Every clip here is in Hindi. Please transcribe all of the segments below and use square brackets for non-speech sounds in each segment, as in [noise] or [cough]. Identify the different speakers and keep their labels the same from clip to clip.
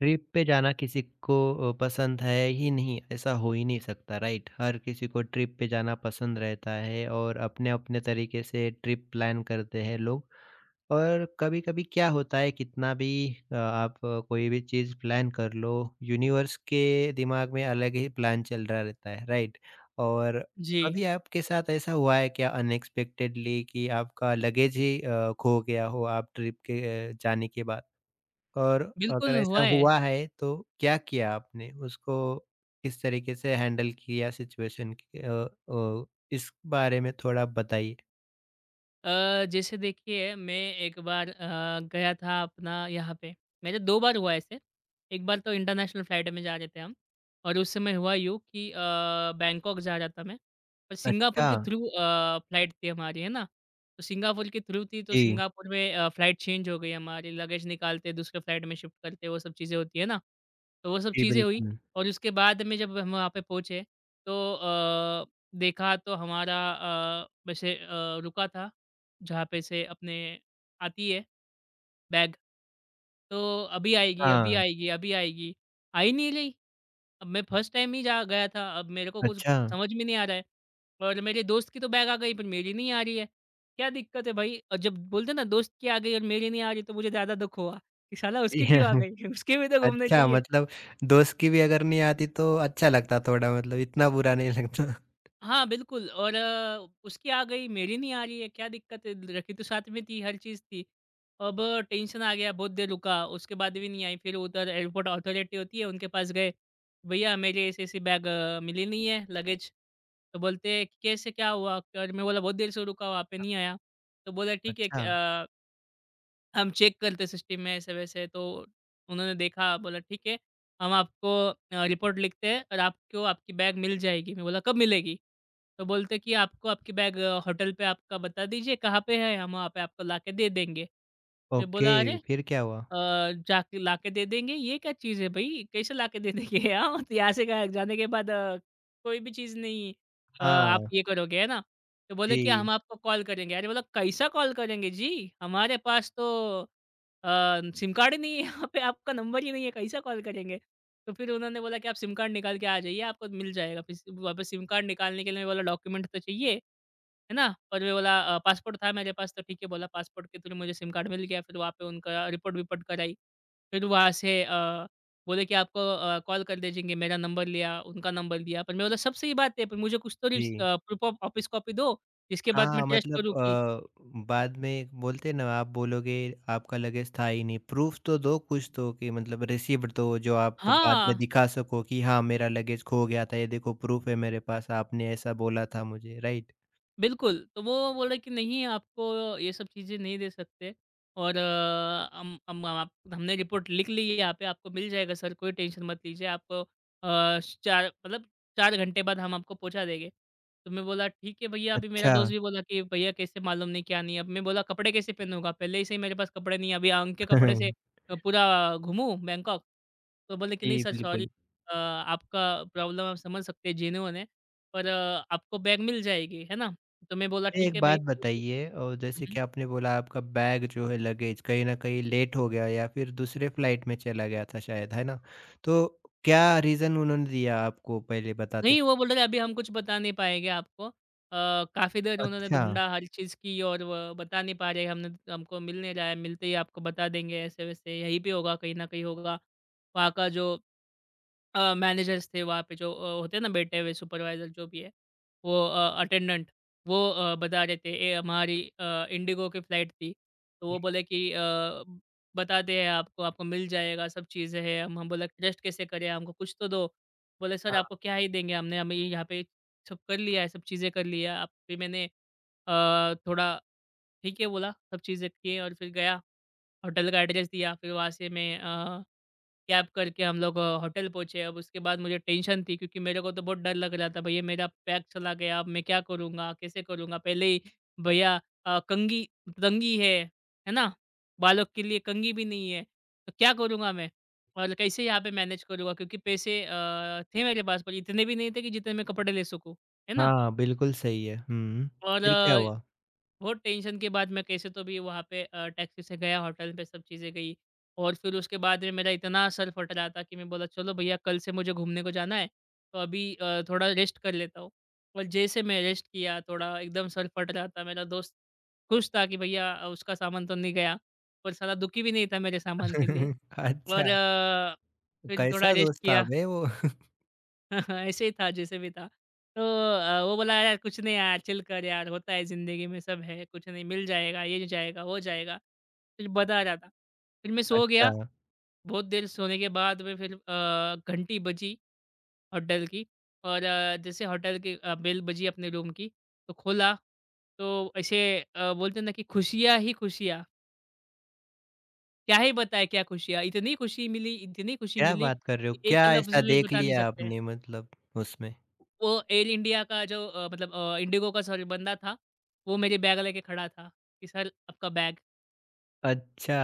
Speaker 1: ट्रिप पे जाना किसी को पसंद है ही नहीं, ऐसा हो ही नहीं सकता राइट? हर किसी को ट्रिप पे जाना पसंद रहता है और अपने-अपने तरीके से ट्रिप प्लान करते हैं लोग। और कभी-कभी क्या होता है कितना भी आप कोई भी चीज़ प्लान कर लो, यूनिवर्स के दिमाग में अलग ही प्लान चल रहा रहता है, राइट? और
Speaker 2: जी,
Speaker 1: कभी आपके साथ ऐसा हुआ है क्या अनएक्सपेक्टेडली कि आपका लगेज ही खो गया हो आप ट्रिप के जाने के बाद? और
Speaker 2: बिल्कुल
Speaker 1: अगर ऐसा
Speaker 2: हुआ है।
Speaker 1: हुआ है तो क्या किया आपने? उसको किस तरीके से हैंडल किया सिचुएशन की अ, इस बारे में थोड़ा बताइए?
Speaker 2: जैसे देखिए मैं एक बार गया था अपना यहाँ पे मेरे 2 बार हुआ ऐसे। एक बार तो इंटरनेशनल फ्लाइट में जा रहे थे हम और उस समय हुआ यूँ कि बैंकॉक जा रहा था मैं और सिंगापुर
Speaker 1: अच्छा।
Speaker 2: के थ्रू फ्लाइट थी हमारी, है ना? तो सिंगापुर के थ्रू थी तो
Speaker 1: जी।
Speaker 2: सिंगापुर में फ्लाइट चेंज हो गई हमारी, लगेज निकालते, दूसरे फ्लाइट में शिफ्ट करते, वो सब चीज़ें होती है ना? तो वो सब
Speaker 1: जी,
Speaker 2: चीज़ें हुई
Speaker 1: बिल्कुल।
Speaker 2: और उसके बाद में जब हम वहाँ पे पहुँचे तो देखा तो हमारा वैसे रुका था जहाँ पे से अपने आती है बैग, तो अभी आएगी, अभी
Speaker 1: हाँ।
Speaker 2: आएगी, अभी आएगी। आ ही नहीं रही। अब मैं फर्स्ट टाइम ही जा गया था, अब मेरे को कुछ
Speaker 1: अच्छा।
Speaker 2: समझ में नहीं आ रहा है और मेरे दोस्त की तो बैग आ गई पर मेरी नहीं आ रही है। क्या दिक्कत है भाई? और जब बोलते हैं ना दोस्त की आ गई और मेरी नहीं आ रही तो मुझे ज़्यादा दुःख हुआ कि साला उसकी क्यों आ
Speaker 1: [laughs]
Speaker 2: गई? [laughs] उसकी भी तो घूमने
Speaker 1: अच्छा,
Speaker 2: चाहिए।
Speaker 1: मतलब दोस्त की भी अगर नहीं आती तो अच्छा लगता थोड़ा मतलब इतना बुरा नहीं लगता।
Speaker 2: हाँ, बिल्कुल और उसकी आ गई, मेरी नहीं आ रही है, क्या दिक्कत है? रखी तो साथ में थी, हर चीज़ थी। अब टेंशन आ गया, बहुत देर रुका, उसके बाद भी नहीं आई। फिर उधर एयरपोर्ट अथॉरिटी होती है, उनके पास गए, "भैया, मेरी ऐसी-ऐसी बैग मिली नहीं है, लगेज।" तो बोलते हैं, कि "कैसे, क्या हुआ?" और मैं बोला, "बहुत देर से रुका, वहाँ पे नहीं आया।" तो बोला, "ठीक है, क
Speaker 1: अच्छा।
Speaker 2: अ" हम चेक करते सिस्टम में ऐसे-वैसे तो उन्होंने देखा बोला ठीक है, हम आपको रिपोर्ट लिखते हैं और आपको आपकी बैग मिल जाएगी। मैं बोला कब मिलेगी? तो बोलते कि आपको आपकी बैग होटल पे आपका बता दीजिए कहाँ पे है, हम वहाँ पे आपको लाके दे देंगे। मैं
Speaker 1: ओके,
Speaker 2: बोला अरे! अ,
Speaker 1: फिर क्या हुआ?
Speaker 2: जाके लाके दे देंगे, ये क्या चीज़ है भई? कैसे लाके दे देंगे। [laughs] हाँ, तो यहाँ से ग जाने के बाद कोई भी चीज़ नहीं आप
Speaker 1: हाँ।
Speaker 2: ये करोगे, है ना? तो बोले कि
Speaker 1: जी,
Speaker 2: हम आपको कॉल करेंगे। अरे बोला कैसा कॉल करेंगे जी? हमारे पास तो सिम कार्ड ही नहीं है यहाँ पे आपका नंबर ही नहीं है, कैसा कॉल करेंगे? तो फिर उन्होंने बोला कि आप सिम कार्ड निकाल के आ जाइए, आपको मिल जाएगा। फिर स वापस सिम कार्ड निकालने के लिए बोला डॉक्यूमेंट तो चाहिए, है ना? और मैं बोला पासपोर्ट था मेरे पास तो ठीक है बोला पासपोर्ट के थ्रू मुझे सिम कार्ड मिल गया। फिर वहाँ पे उनका रिपोर्ट-विपोर्ट कराई। फिर वहाँ से बोले कि आपको कॉल कर दीजिएँगे, मेरा नंबर लिया, उनका नंबर लिया। पर मैं बोला सब सही बात है पर मुझे कुछ तो
Speaker 1: जी।
Speaker 2: प्रूफ ऑफ ऑफिस कॉपी दो, इसके बाद मैं
Speaker 1: हाँ,
Speaker 2: ट्रस्ट
Speaker 1: मतलब
Speaker 2: करूँ कि
Speaker 1: बाद में बोलते हैं ना आप बोलोगे आपका लगेज था ही नहीं, प्रूफ़ तो दो कुछ तो कि मतलब रिसिप्ट दो जो आप बाद में
Speaker 2: हाँ,
Speaker 1: दिखा सको कि हाँ, मेरा लगेज खो गया था, ये देखो प्रूफ़ है मेरे पास, आपने ऐसा बोला था मुझे, राइट?
Speaker 2: बिल्कुल। तो वो बोले कि नहीं आपको ये सब चीज़ें नहीं दे सकते और हम आप हमने रिपोर्ट लिख ली है यहाँ पे आपको मिल जाएगा सर, कोई टेंशन मत लीजिए आपको 4 मतलब 4 घंटे बाद हम आपको पहुँचा देंगे। तो मैं बोला ठीक है भैया, अभी मेरा
Speaker 1: अच्छा।
Speaker 2: दोस्त भी बोला कि भैया कैसे मालूम नहीं क्या नहीं, अब मैं बोला कपड़े कैसे पहनूँगा? पहले से ही मेरे पास कपड़े नहीं है, अभी अंग के कपड़े से
Speaker 1: [laughs]
Speaker 2: पूरा घूमूँ बैंकॉक? तो बोले कि नहीं
Speaker 1: जी,
Speaker 2: सर सॉरी
Speaker 1: बिल्कुल।
Speaker 2: आपका प्रॉब्लम हम समझ सकते हैं जेन्युइन है, पर आपको बैग मिल जाएगी, है ना? तो मैं बोला
Speaker 1: मुझे
Speaker 2: ठीक
Speaker 1: एक
Speaker 2: है भई।
Speaker 1: बात बताइए
Speaker 2: हुँ,
Speaker 1: जैसे
Speaker 2: हुँ।
Speaker 1: कि आपने बोला आपका बैग जो है लगेज कहीं न कहीं लेट हो गया या फिर दूसरे फ्लाइट में चला गया था शायद, है ना? तो क्या रीज़न उन्होंने दिया आपको पहले बताते
Speaker 2: नहीं
Speaker 1: समय?
Speaker 2: वो बोल रहे अभी हम कुछ बता नहीं पाएँगे आपको। काफ़ी देर उन्होंने
Speaker 1: अच्छा।
Speaker 2: ढूँढा हर चीज़ की और वो बता नहीं पा रहे हमने हमको मिल नहीं रहा है, मिलते ही आपको बता देंगे ऐसे-वैसे यहीं पे होगा, कहीं न कहीं होगा। वहाँ का जो मैनेजर्स थे वहाँ पे जो होते हैं ना बैठे हुए सुपरवाइज़र जो भी है, वो अटेंडेंट वो बता रहे थे ये हमारी इंडिगो की फ़्लाइट थी, तो वो बोले कि बताते हैं आपको, आपको मिल जाएगा सब चीज़ें हैं। हम बोला ट्रस्ट कैसे करें हमको कुछ तो दो। बोले सर आपको क्या ही देंगे हमने हमें यहाँ पे सब कर लिया है, सब चीज़ें कर लिया आप फिर मैंने थोड़ा ठीक है बोला, सब चीज़ें किए और फिर गया, होटल का एड्रेस दिया फिर वहाँ से मैं कैब करके हम लोग होटल पहुँचे। अब उसके बाद मुझे टेंशन थी क्योंकि मेरे को तो बहुत डर लग रहा था, भैया मेरा बैग चला गया, अब मैं क्या करूँगा, कैसे करूँगा? पहले ही भैया कंघी कंघी है ना? बालों के लिए कंघी भी नहीं है, तो क्या करूँगा मैं? और कैसे यहाँ पे मैनेज करूँगा? क्योंकि पैसे थे मेरे पास पर इतने भी नहीं थे कि जितने मैं कपड़े ले सकूँ, है ना?
Speaker 1: हाँ, बिल्कुल सही है। हुँ।
Speaker 2: और
Speaker 1: फिर क्या हुआ?
Speaker 2: बहुत टेंशन के बाद मैं कैसे तो भी वहाँ पे टैक्सी से गया, होटल पे सब चीज़ें गई और फिर उसके बाद में मेरा इतना सर फट रहा था कि मैं बोला, "चलो भैया कल से मुझे घूमने को जाना है, तो अभी थोड़ा रेस्ट कर लेता हूँ।" और जैसे मैं रेस्ट किया थोड़ा एकदम सर फट रहा था, मेरा दोस्त खुश था कि भैया उसका सामान तो नहीं गया, पर साला दुखी भी नहीं था मेरे सामान के लिए
Speaker 1: [laughs]
Speaker 2: और
Speaker 1: अच्छा,
Speaker 2: फिर थोड़ा
Speaker 1: कैसा
Speaker 2: रेस्ट
Speaker 1: दोस्त था
Speaker 2: किया।
Speaker 1: बे वो? [laughs]
Speaker 2: [laughs] ऐसे ही था जैसे भी था। तो वो बोला यार कुछ नहीं यार चिल कर यार होता है ज़िंदगी में सब है, कुछ नहीं मिल जाएगा, ये जाएगा, वो जाएगा। फिर बता रहा था। फिर मैं सो
Speaker 1: अच्छा,
Speaker 2: गया, बहुत देर सोने के बाद में फिर घंटी बजी होटल की और जैसे होटल की बेल बजी अपने रूम की तो खोला, तो ऐसे बोलते हैं ना कि खुशियाँ ही खुशियाँ। क्या ही बताएँ क्या खुशियाँ, इतनी खुशी
Speaker 1: क्या
Speaker 2: मिली
Speaker 1: बात कर रहे हो?
Speaker 2: कि
Speaker 1: क्या
Speaker 2: एक लफ्ज़
Speaker 1: ऐसा
Speaker 2: में
Speaker 1: देख
Speaker 2: बता नहीं
Speaker 1: लिया
Speaker 2: सकते।
Speaker 1: आपने मतलब उसमें?
Speaker 2: वो एयर इंडिया का जो इंडिगो का सॉरी बंदा था, वो मेरी बैग लेके खड़ा था कि सर आपका बैग।
Speaker 1: अच्छा।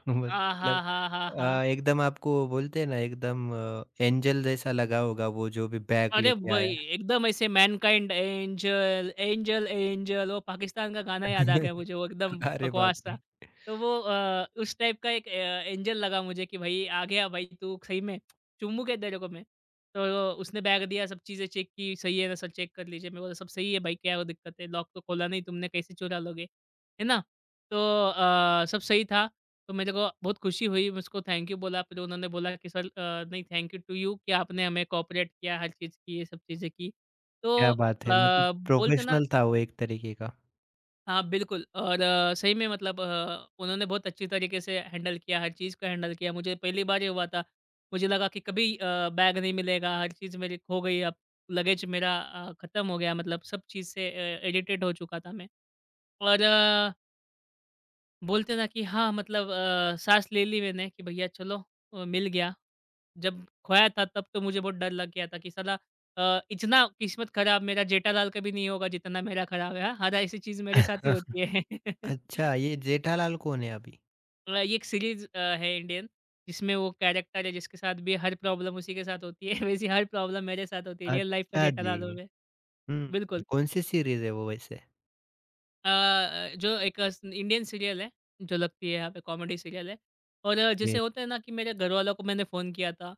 Speaker 1: [laughs]
Speaker 2: आ, हा,
Speaker 1: मतलब
Speaker 2: हा, हा, हा!
Speaker 1: एकदम आपको बोलते हैं ना एकदम एंजल जैसा लगा होगा वो जो भी बैग
Speaker 2: अरे
Speaker 1: लेके
Speaker 2: वही
Speaker 1: आया।
Speaker 2: एकदम ऐसे मैनकाइंड एंजल, एंजल, एंजल वो पाकिस्तान का गाना याद आ
Speaker 1: [laughs]
Speaker 2: गया मुझे वो एकदम
Speaker 1: अरे बाप
Speaker 2: बकवास था।
Speaker 1: रे!
Speaker 2: तो वो उस टाइप का एक एंजल लगा मुझे कि भाई आ गया भाई तू सही में, चुम्बू क्या तेरे को मैं। तो उसने बैग दिया सब चीज़ें चेक की, सही है ना सर चेक कर लीजिए। मैं बोला सब सही है भाई क्या वो दिक्कत है, लॉक तो खोला नहीं तुमने कैसे चुरा लोगे, है ना? तो सब सही था। तो मेरे को बहुत खुशी हुई, मैं उसको थैंक यू बोला, फिर उन्होंने बोला कि सर नहीं थैंक यू टू यू कि आपने हमें कोऑपरेट किया, हर चीज़ की, ये सब चीज़ें की। तो
Speaker 1: क्या बात है, मतलब
Speaker 2: बोलते ना
Speaker 1: प्रोफेशनल था वो एक तरीके का।
Speaker 2: हाँ, बिल्कुल और सही में मतलब उन्होंने बहुत अच्छी तरीके से हैंडल किया, हर चीज़ को हैंडल किया। मुझे पहली बार ये हुआ था, मुझे लगा कि कभी बैग नहीं मिलेगा, हर चीज़ मेरी खो गई, अब लगेज मेरा ख़त्म हो गया, मतलब सब चीज़ से इरिटेट हो चुका था मैं और बोलते ना कि हाँ मतलब साँस ले ली मैंने कि भैया चलो मिल गया। जब खोया था तब तो मुझे बहुत डर लग गया था कि साला इतना किस्मत खराब मेरा जेठालाल का भी नहीं होगा जितना मेरा खराब है। हाँ, हर ऐसी चीज़ मेरे साथ ही होती है।
Speaker 1: [laughs]
Speaker 2: [laughs]
Speaker 1: अच्छा, ये जेठालाल कौन है अभी?
Speaker 2: ये एक सीरीज़ है इंडियन जिसमें वो कैरेक्टर है जिसके साथ भी हर प्रॉब्लम उसी के साथ होती है। [laughs] वैसी हर प्रॉब्लम मेरे साथ होती है रियल लाइफ़ का
Speaker 1: अच्छा जी।
Speaker 2: जेठालाल हो गए।
Speaker 1: हुँ।
Speaker 2: बिल्कुल।
Speaker 1: कौन-सी सीरीज़ है वो वैसे?
Speaker 2: जो एक इंडियन सीरियल है, जो लगती है यहाँ पे कॉमेडी सीरियल है और जैसे
Speaker 1: ये
Speaker 2: होता है ना कि मेरे घरवालों को मैंने फ़ोन किया था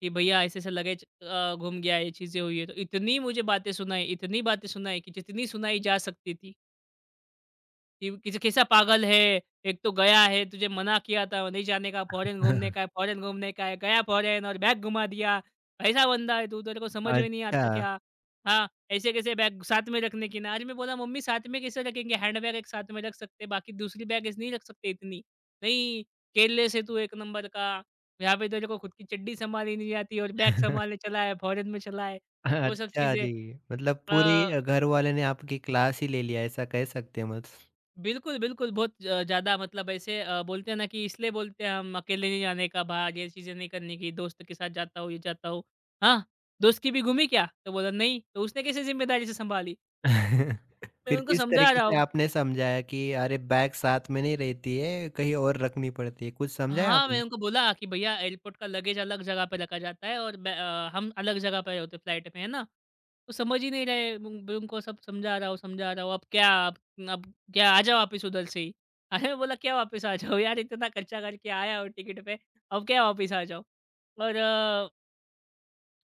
Speaker 2: कि भैया ऐसे-ऐसे लगेज गुम गया, ये चीज़ें हुई है। तो इतनी मुझे बातें सुनाई, इतनी बातें सुनाई कि जितनी सुनाई जा सकती थी। कि किसी कैसा पागल है, एक तो गया है, तुझे मना किया था नहीं जाने का, फॉरेन घूमने का है
Speaker 1: [laughs]
Speaker 2: फॉरेन घूमने का है, गया फॉरेन और बैग घुमा दिया। कैसा बंदा है तू, तेरे को समझ में नहीं
Speaker 1: अच्छा।
Speaker 2: आता क्या? हाँ, ऐसे कैसे बैग साथ में रखने की ना। अरे मैं बोला, "मम्मी साथ में कैसे रखेंगे? हैंडबैग एक साथ में रख सकते हैं, बाकी दूसरी बैगेज नहीं रख सकते इतनी।" "नहीं, केयरलेस है तू एक नंबर का। यहाँ पे तेरे को खुद की चड्डी सँभालनी नहीं आती और बैग सँभालने
Speaker 1: [laughs]
Speaker 2: चला है, फॉरेन में चला है।" वो सब
Speaker 1: अच्छा
Speaker 2: चीज़ें
Speaker 1: जी, मतलब पूरी
Speaker 2: अ
Speaker 1: घरवाले [laughs] ने आपकी क्लास ही ले लिया, ऐसा कह सकते हैं मत।
Speaker 2: बिल्कुल, बिल्कुल, बहुत ज़्यादा मतलब ऐसे बोलते हैं ना कि इसलिए बोलते हैं हम अकेले नहीं जाने का, बाहर ये चीज़ें नहीं करने की, दोस्त के साथ जाता हूँ, ये जाता हूँ। हाँ, दोस्त की भी घूमी क्या? तो बोला नहीं, तो उसने कैसे ज़िम्मेदारी से सँभाली?
Speaker 1: [laughs]
Speaker 2: मैं
Speaker 1: फिर
Speaker 2: उनको
Speaker 1: किस
Speaker 2: समझा
Speaker 1: तरीके
Speaker 2: रहा
Speaker 1: से
Speaker 2: हूँ।
Speaker 1: आपने समझाया कि अरे बैग साथ में नहीं रहती है, कहीं और रखनी पड़ती है, कुछ समझाया
Speaker 2: हाँ, मैंने
Speaker 1: आपने?
Speaker 2: उनको बोला कि भैया एयरपोर्ट का लगेज अलग जगह पे रखा जाता है और हम अलग जगह पे होते फ्लाइट में, है ना? तो समझ ही नहीं रहे, उन मैं उनको सब समझा रहा हूँ, अब क्या आ जाओ वापिस उधर से ही।" [laughs] अरे! मैं बोला, "क्या वापिस आ जाओ यार, इतना खर्चा करके आया हो टिकट पे, अब क्या वापिस आ जाओ?" और अ,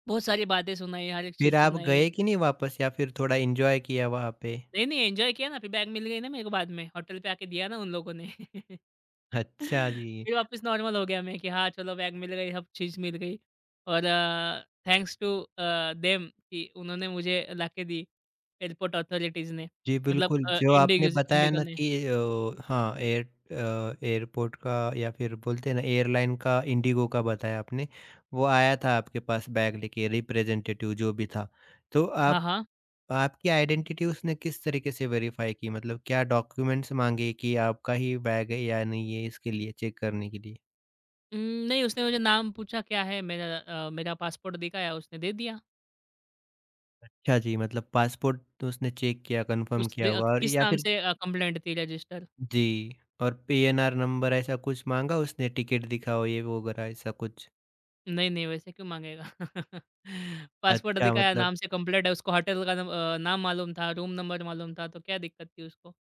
Speaker 2: बहुत सारी बातें सुनाई, हर एक
Speaker 1: फिर
Speaker 2: चीज़
Speaker 1: आप
Speaker 2: सुनाई।
Speaker 1: गए कि नहीं वापस या फिर थोड़ा एन्जॉय किया वहाँ पे?
Speaker 2: नहीं, नहीं एन्जॉय किया ना, फिर बैग मिल गई ना मेरे को बाद में, होटल पे आके दिया ना उन लोगों ने। [laughs]
Speaker 1: अच्छा जी।
Speaker 2: फिर वापस नॉर्मल हो गया मैं कि हाँ, चलो बैग मिल गई, सब चीज़ मिल गई थैंक्स टू देम कि उन्होंने मुझे लाके दी, एयरपोर्ट अथॉरिटीज़ ने।
Speaker 1: जी,
Speaker 2: मतलब
Speaker 1: बिल्कुल,
Speaker 2: अ,
Speaker 1: जो आपने
Speaker 2: इंडिगोज़
Speaker 1: बताया
Speaker 2: इंडिगो
Speaker 1: ना
Speaker 2: ने।
Speaker 1: कि हाँ, एयर एयरपोर्ट का या फिर बोलते हैं ना एयरलाइन का, इंडिगो का बताया आपने, वो आया था आपके पास बैग लेके रिप्रेजेंटेटिव जो भी था। तो
Speaker 2: हाँ,
Speaker 1: आप
Speaker 2: हाँ।
Speaker 1: आपकी आइडेंटिटी उसने किस तरीके से वेरीफ़ाई की? मतलब क्या डॉक्यूमेंट्स माँगे कि आपका ही बैग है या नहीं है, इसके लिए चेक करने के लिए?
Speaker 2: उम, नहीं उसने मुझे नाम पूछा क्या है मेरा मेरा पासपोर्ट दिखाया, उसने दे दिया।
Speaker 1: अच्छा जी, मतलब पासपोर्ट तो उसने चेक किया, कन्फर्म
Speaker 2: उसने
Speaker 1: किया
Speaker 2: अ,
Speaker 1: होगा और
Speaker 2: किस
Speaker 1: या
Speaker 2: नाम
Speaker 1: फिर
Speaker 2: से कंप्लेंट थी रजिस्टर?
Speaker 1: जी। और पीएनआर नंबर ऐसा कुछ माँगा उसने, टिकट दिखाओ ये वो वगैरह ऐसा कुछ?
Speaker 2: नहीं, नहीं वैसे क्यों माँगेगा? [laughs] पासपोर्ट
Speaker 1: अच्छा,
Speaker 2: दिखाया,
Speaker 1: मतलब
Speaker 2: नाम से कंप्लेंट है, उसको होटल का नाम मालूम था, रूम नंबर मालूम था, तो क्या दिक्कत थी उसको?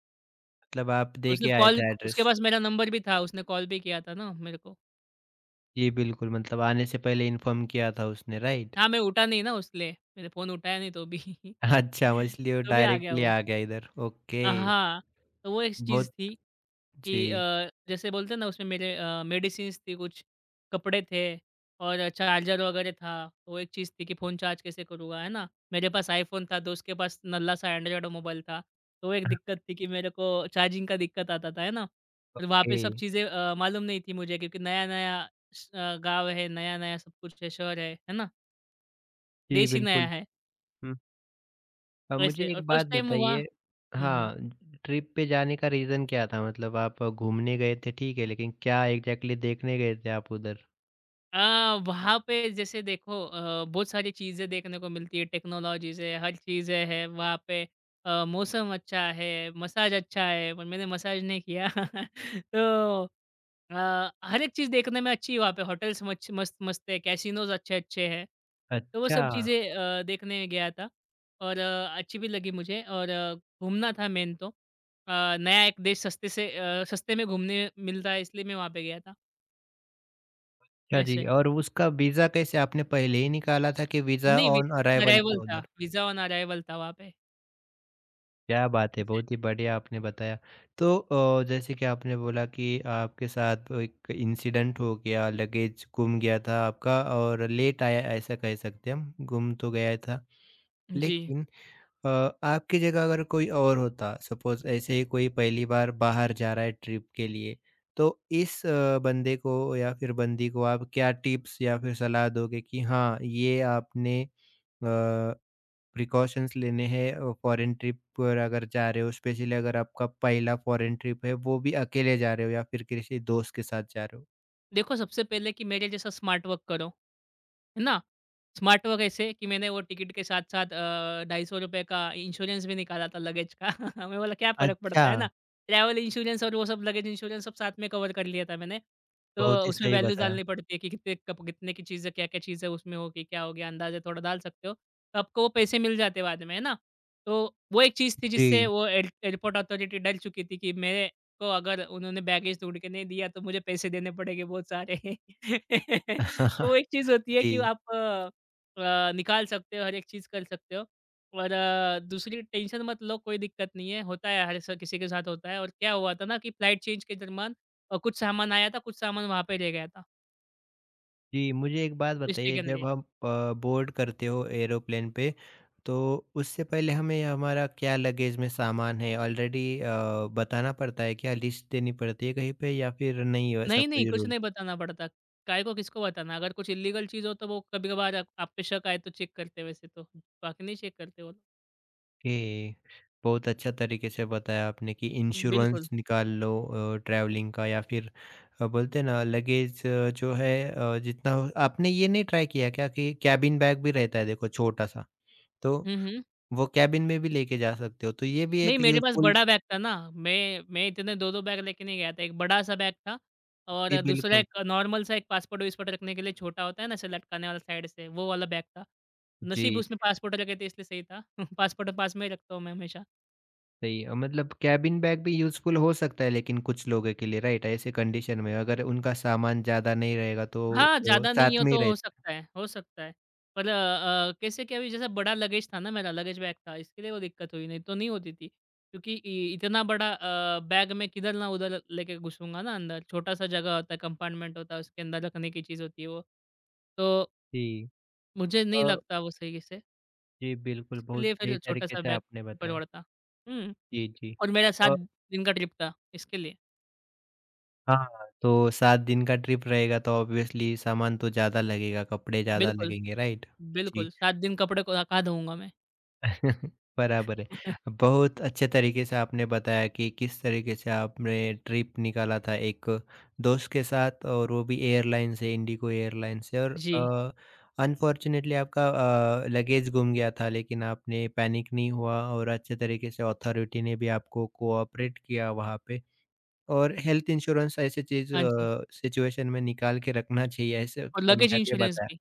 Speaker 1: मतलब आप
Speaker 2: और
Speaker 1: दे के
Speaker 2: सिर्फ़
Speaker 1: आए
Speaker 2: कॉल
Speaker 1: थे
Speaker 2: उसके
Speaker 1: एड्रेस।
Speaker 2: पास मेरा नंबर भी था, उसने कॉल भी किया था ना मेरे को।
Speaker 1: जी, बिल्कुल, मतलब आने से पहले इन्फॉर्म किया था उसने, राइट?
Speaker 2: हाँ, मैं उठा नहीं ना उसलिए, मैंने फ़ोन उठाया नहीं तो भी।
Speaker 1: [laughs] अच्छा,
Speaker 2: [laughs]
Speaker 1: मछली वो
Speaker 2: तो भी आ गया
Speaker 1: डायरेक्टली
Speaker 2: वो।
Speaker 1: आ गया इधर, ओके।
Speaker 2: हाँ, तो वो एक चीज़
Speaker 1: बहुत
Speaker 2: थी। कि
Speaker 1: जी।
Speaker 2: अ, जैसे बोलते हैं ना उसमें मेरे मेडिसिन्स थी कुछ, कपड़े थे और चार्जर वगैरह था। वो एक चीज़ थी कि फ़ोन चार्ज कैसे करूँगा, है ना? मेरे पास आईफ़ोन था, दोस्त के पास नल्ला-सा एंड्रॉयड मोबाइल था। तो वो एक
Speaker 1: हाँ,
Speaker 2: दिक्कत थी कि मेरे को चार्जिंग का दिक्कत आता था, है ना? और वहाँ पे
Speaker 1: ओके।
Speaker 2: सब चीज़ें मालूम नहीं थी मुझे क्योंकि नया-नया गाँव है, नया-नया सब कुछ है, शहर है ना?
Speaker 1: जी,
Speaker 2: देश ही नया
Speaker 1: बिल्कुल।
Speaker 2: है,
Speaker 1: हुँ। अब मुझे
Speaker 2: वैसे और
Speaker 1: एक बात
Speaker 2: फर्स्ट टाइम हुआ।
Speaker 1: बताइए।
Speaker 2: हुँ, हुँ।
Speaker 1: हाँ। ट्रिप पे जाने का रीज़न क्या था? मतलब आप घूमने गए थे, ठीक है, लेकिन क्या एग्ज़ैक्टली देखने गए थे आप उधर?
Speaker 2: अ, वहाँ पे जैसे देखो बहुत सारी चीज़ें देखने को मिलती है, टेक्नोलॉजीज़ है, हर चीज़ें हैं वहाँ पे। मौसम अच्छा है, मसाज अच्छा है, पर मैंने मसाज नहीं किया। [laughs] तो हर एक चीज़ देखने में अच्छी है वहाँ पे, होटल्स मच मस्त-मस्त है, कैसिनोज़ अच्छे-अच्छे हैं। तो वो
Speaker 1: अच्छा।
Speaker 2: सब चीज़ें देखने गया था और अच्छी भी लगी मुझे और घूमना था मेन तो। नया एक देश सस्ते से सस्ते में घूमने मिलता है इसलिए मैं वहाँ पे गया था,
Speaker 1: अच्छा जी
Speaker 2: ऐसे।
Speaker 1: और उसका वीज़ा कैसे आपने पहले ही निकाला था कि वीज़ा
Speaker 2: नहीं,
Speaker 1: ऑन अराइवल था उधर?
Speaker 2: वीज़ा ऑन अराइवल था वहाँ पे।
Speaker 1: क्या बात है!
Speaker 2: ऐसे।
Speaker 1: बहुत ही बढ़िया आपने बताया। तो जैसे कि आपने बोला कि आपके साथ वो एक इंसिडेंट हो गया, लगेज गुम गया था आपका और लेट आया ऐसा कह सकते हैं हम, गुम तो गया था।
Speaker 2: जी।
Speaker 1: लेकिन अ, आपकी जगह अगर कोई और होता, सपोज़ ऐसे ही कोई पहली बार बाहर जा रहा है ट्रिप के लिए, तो इस बंदे को या फिर बंदी को आप क्या टिप्स या फिर सलाह दोगे कि हाँ, ये आपने अ प्रिकॉशंस लेने हैं फॉरेन ट्रिप पर अगर जा रहे हो स्पेशली अगर आपका पहला फॉरेन ट्रिप है वो भी अकेले जा रहे हो या फिर किसी दोस्त के साथ जा रहे हो?
Speaker 2: देखो सबसे पहले कि मेरे जैसा स्मार्ट वर्क करो। है ना? स्मार्ट हुआ कैसे कि मैंने वो टिकट के साथ-साथ ₹250 का इंश्योरेंस भी निकाला था लगेज का। [laughs] मैं बोला क्या फ़र्क
Speaker 1: अच्छा,
Speaker 2: पड़ता है ना? ट्रैवल इंश्योरेंस और वो सब लगेज इंश्योरेंस सब साथ में कवर कर लिया था मैंने। तो
Speaker 1: बहुत ही
Speaker 2: उसमें
Speaker 1: सही
Speaker 2: वैल्यूज़
Speaker 1: बताया।
Speaker 2: डालनी पड़ती है कि कितने की चीज़ें क्या-क्या चीज़ें उसमें होगी, क्या हो गया अंदाज़ा थोड़ा डाल सकते हो। तो आपको वो पैसे मिल जाते हैं बाद में, है ना? तो वो एक चीज़ थी जिससे
Speaker 1: जी।
Speaker 2: वो एयरपोर्ट अथॉरिटी डर चुकी थी कि मेरे को अगर उन्होंने बैगेज ढूँढ के नहीं दिया तो मुझे पैसे देने पड़ेंगे बहुत सारे। [laughs] तो वो
Speaker 1: [laughs]
Speaker 2: एक चीज़ होती है
Speaker 1: जी।
Speaker 2: कि आप निकाल सकते हो, हर एक चीज़ कर सकते हो। दूसरी टेंशन मत लो कोई दिक्कत नहीं है, होता है हर ऐसा किसी के साथ होता है। और क्या हुआ था ना कि फ्लाइट चेंज के दरमियान कुछ सामान आया था, कुछ सामान वहाँ पे रह गया था
Speaker 1: जी, मुझे एक बात बताइए
Speaker 2: मिस्टेकनली।
Speaker 1: जब हम बोर्ड करते हो एरोप्लेन पे तो उससे पहले हमें हमारा क्या लगेज में सामान है ऑलरेडी बताना पड़ता है क्या लिस्ट देनी पड़ती है कहीं पे या फिर नहीं है ऐसा
Speaker 2: नहीं, नहीं
Speaker 1: कोई
Speaker 2: कुछ
Speaker 1: रूल?
Speaker 2: नहीं बताना पड़ता। काहे को किसको बताना? अगर कुछ इल्लीगल चीज़ हो तो वो कभी-कभार आप पे शक आए तो चेक करते हैं वैसे तो, बाकी नहीं चेक करते वो लोग।
Speaker 1: ओके, बहुत अच्छा तरीके से बताया आपने कि
Speaker 2: बिल्कुल।
Speaker 1: इंश्योरेंस निकाल लो ट्रैवलिंग का या फिर बोलते हैं ना लगेज जो है जितना हो आपने ये नहीं ट्राई किया क्या कि कैबिन बैग भी रहता है देखो छोटा सा तो
Speaker 2: हुँ, हुँ।
Speaker 1: वो कैबिन में भी लेके जा सकते हो तो ये भी
Speaker 2: नहीं,
Speaker 1: एक
Speaker 2: मेरे पास
Speaker 1: यूज़फुल
Speaker 2: बड़ा बैग था ना, मैं इतने 2-2 बैग लेके नहीं गया था, एक बड़ा-सा बैग था
Speaker 1: जी
Speaker 2: और दूसरा
Speaker 1: बिल्कुल,
Speaker 2: एक नॉर्मल सा एक पासपोर्ट-विसपोर्ट रखने के लिए छोटा होता है ना, ऐसे लटकाने वाला साइड से, वो वाला बैग था। नसीब
Speaker 1: जी
Speaker 2: उसमें पासपोर्ट रखे थे इसलिए सही था। [laughs] पासपोर्ट पास में ही रखता हूँ मैं हमेशा।
Speaker 1: सही मतलब कैबिन बैग भी यूज़फुल हो सकता है लेकिन कुछ लोगों के लिए राइट ऐसे कंडीशन में अगर उनका सामान ज़्यादा नहीं रहेगा तो
Speaker 2: हाँ, ज़्यादा नहीं
Speaker 1: साथ
Speaker 2: हो
Speaker 1: में ही
Speaker 2: तो
Speaker 1: रहता है।
Speaker 2: हो सकता है। पर कैसे क्या अभी जैसे बड़ा लगेज था ना मेरा, लगेज बैग था, इसके लिए वो दिक्कत हुई, नहीं तो नहीं होती थी। क्योंकि इ इतना बड़ा बैग मैं किधर ना उधर लेके घुसूँगा ना अंदर, छोटा-सा जगह होता है, कंपार्टमेंट होता है, उसके अंदर रखने की चीज़ होती है वो। तो
Speaker 1: जी।
Speaker 2: मुझे नहीं लगता वो सही से,
Speaker 1: जी, बिल्कुल,
Speaker 2: इसके
Speaker 1: बहुत
Speaker 2: लिए
Speaker 1: सही
Speaker 2: फिर
Speaker 1: तरीके
Speaker 2: छोटा-सा
Speaker 1: से
Speaker 2: बैग
Speaker 1: आपने
Speaker 2: ही
Speaker 1: बताया।
Speaker 2: पड़ता। हुँ,
Speaker 1: जी, जी।
Speaker 2: और मेरा 7
Speaker 1: अ,
Speaker 2: दिन का ट्रिप था, इसके लिए।
Speaker 1: हाँ, तो 7 दिन का ट्रिप रहेगा तो ऑब्वियसली सामान तो ज़्यादा लगेगा, कपड़े ज़्यादा
Speaker 2: बिल्कुल,
Speaker 1: लगेंगे, राइट? जी।
Speaker 2: बिल्कुल, 7 दिन कपड़े को कहाँ धोऊँगा मैं?
Speaker 1: [laughs] बराबर है।
Speaker 2: [laughs]
Speaker 1: बहुत अच्छे तरीके से आपने बताया कि किस तरीके से आपने ट्रिप निकाला था एक दोस्त के साथ और वो भी एयरलाइन से, इंडिगो एयरलाइन से और
Speaker 2: जी,
Speaker 1: अनफॉर्च्युनेटली आपका लगेज गुम गया था लेकिन आपने पैनिक नहीं हुआ और अच्छे तरीके से अथॉरिटी ने भी आपको कोऑपरेट किया वहाँ पे। और हेल्थ इंश्योरेंस ऐसी चीज़
Speaker 2: हाँ जी,
Speaker 1: सिचुएशन में निकाल के रखना चाहिए ऐसे
Speaker 2: और लगेज
Speaker 1: समझा के
Speaker 2: इंश्योरेंस
Speaker 1: बताया।
Speaker 2: भी।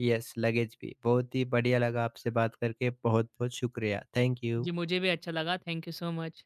Speaker 1: यस लगेज भी। बहुत ही बढ़िया लगा आपसे बात करके। बहुत-बहुत शुक्रिया। Thank you.
Speaker 2: जी, मुझे भी अच्छा लगा। Thank you so much.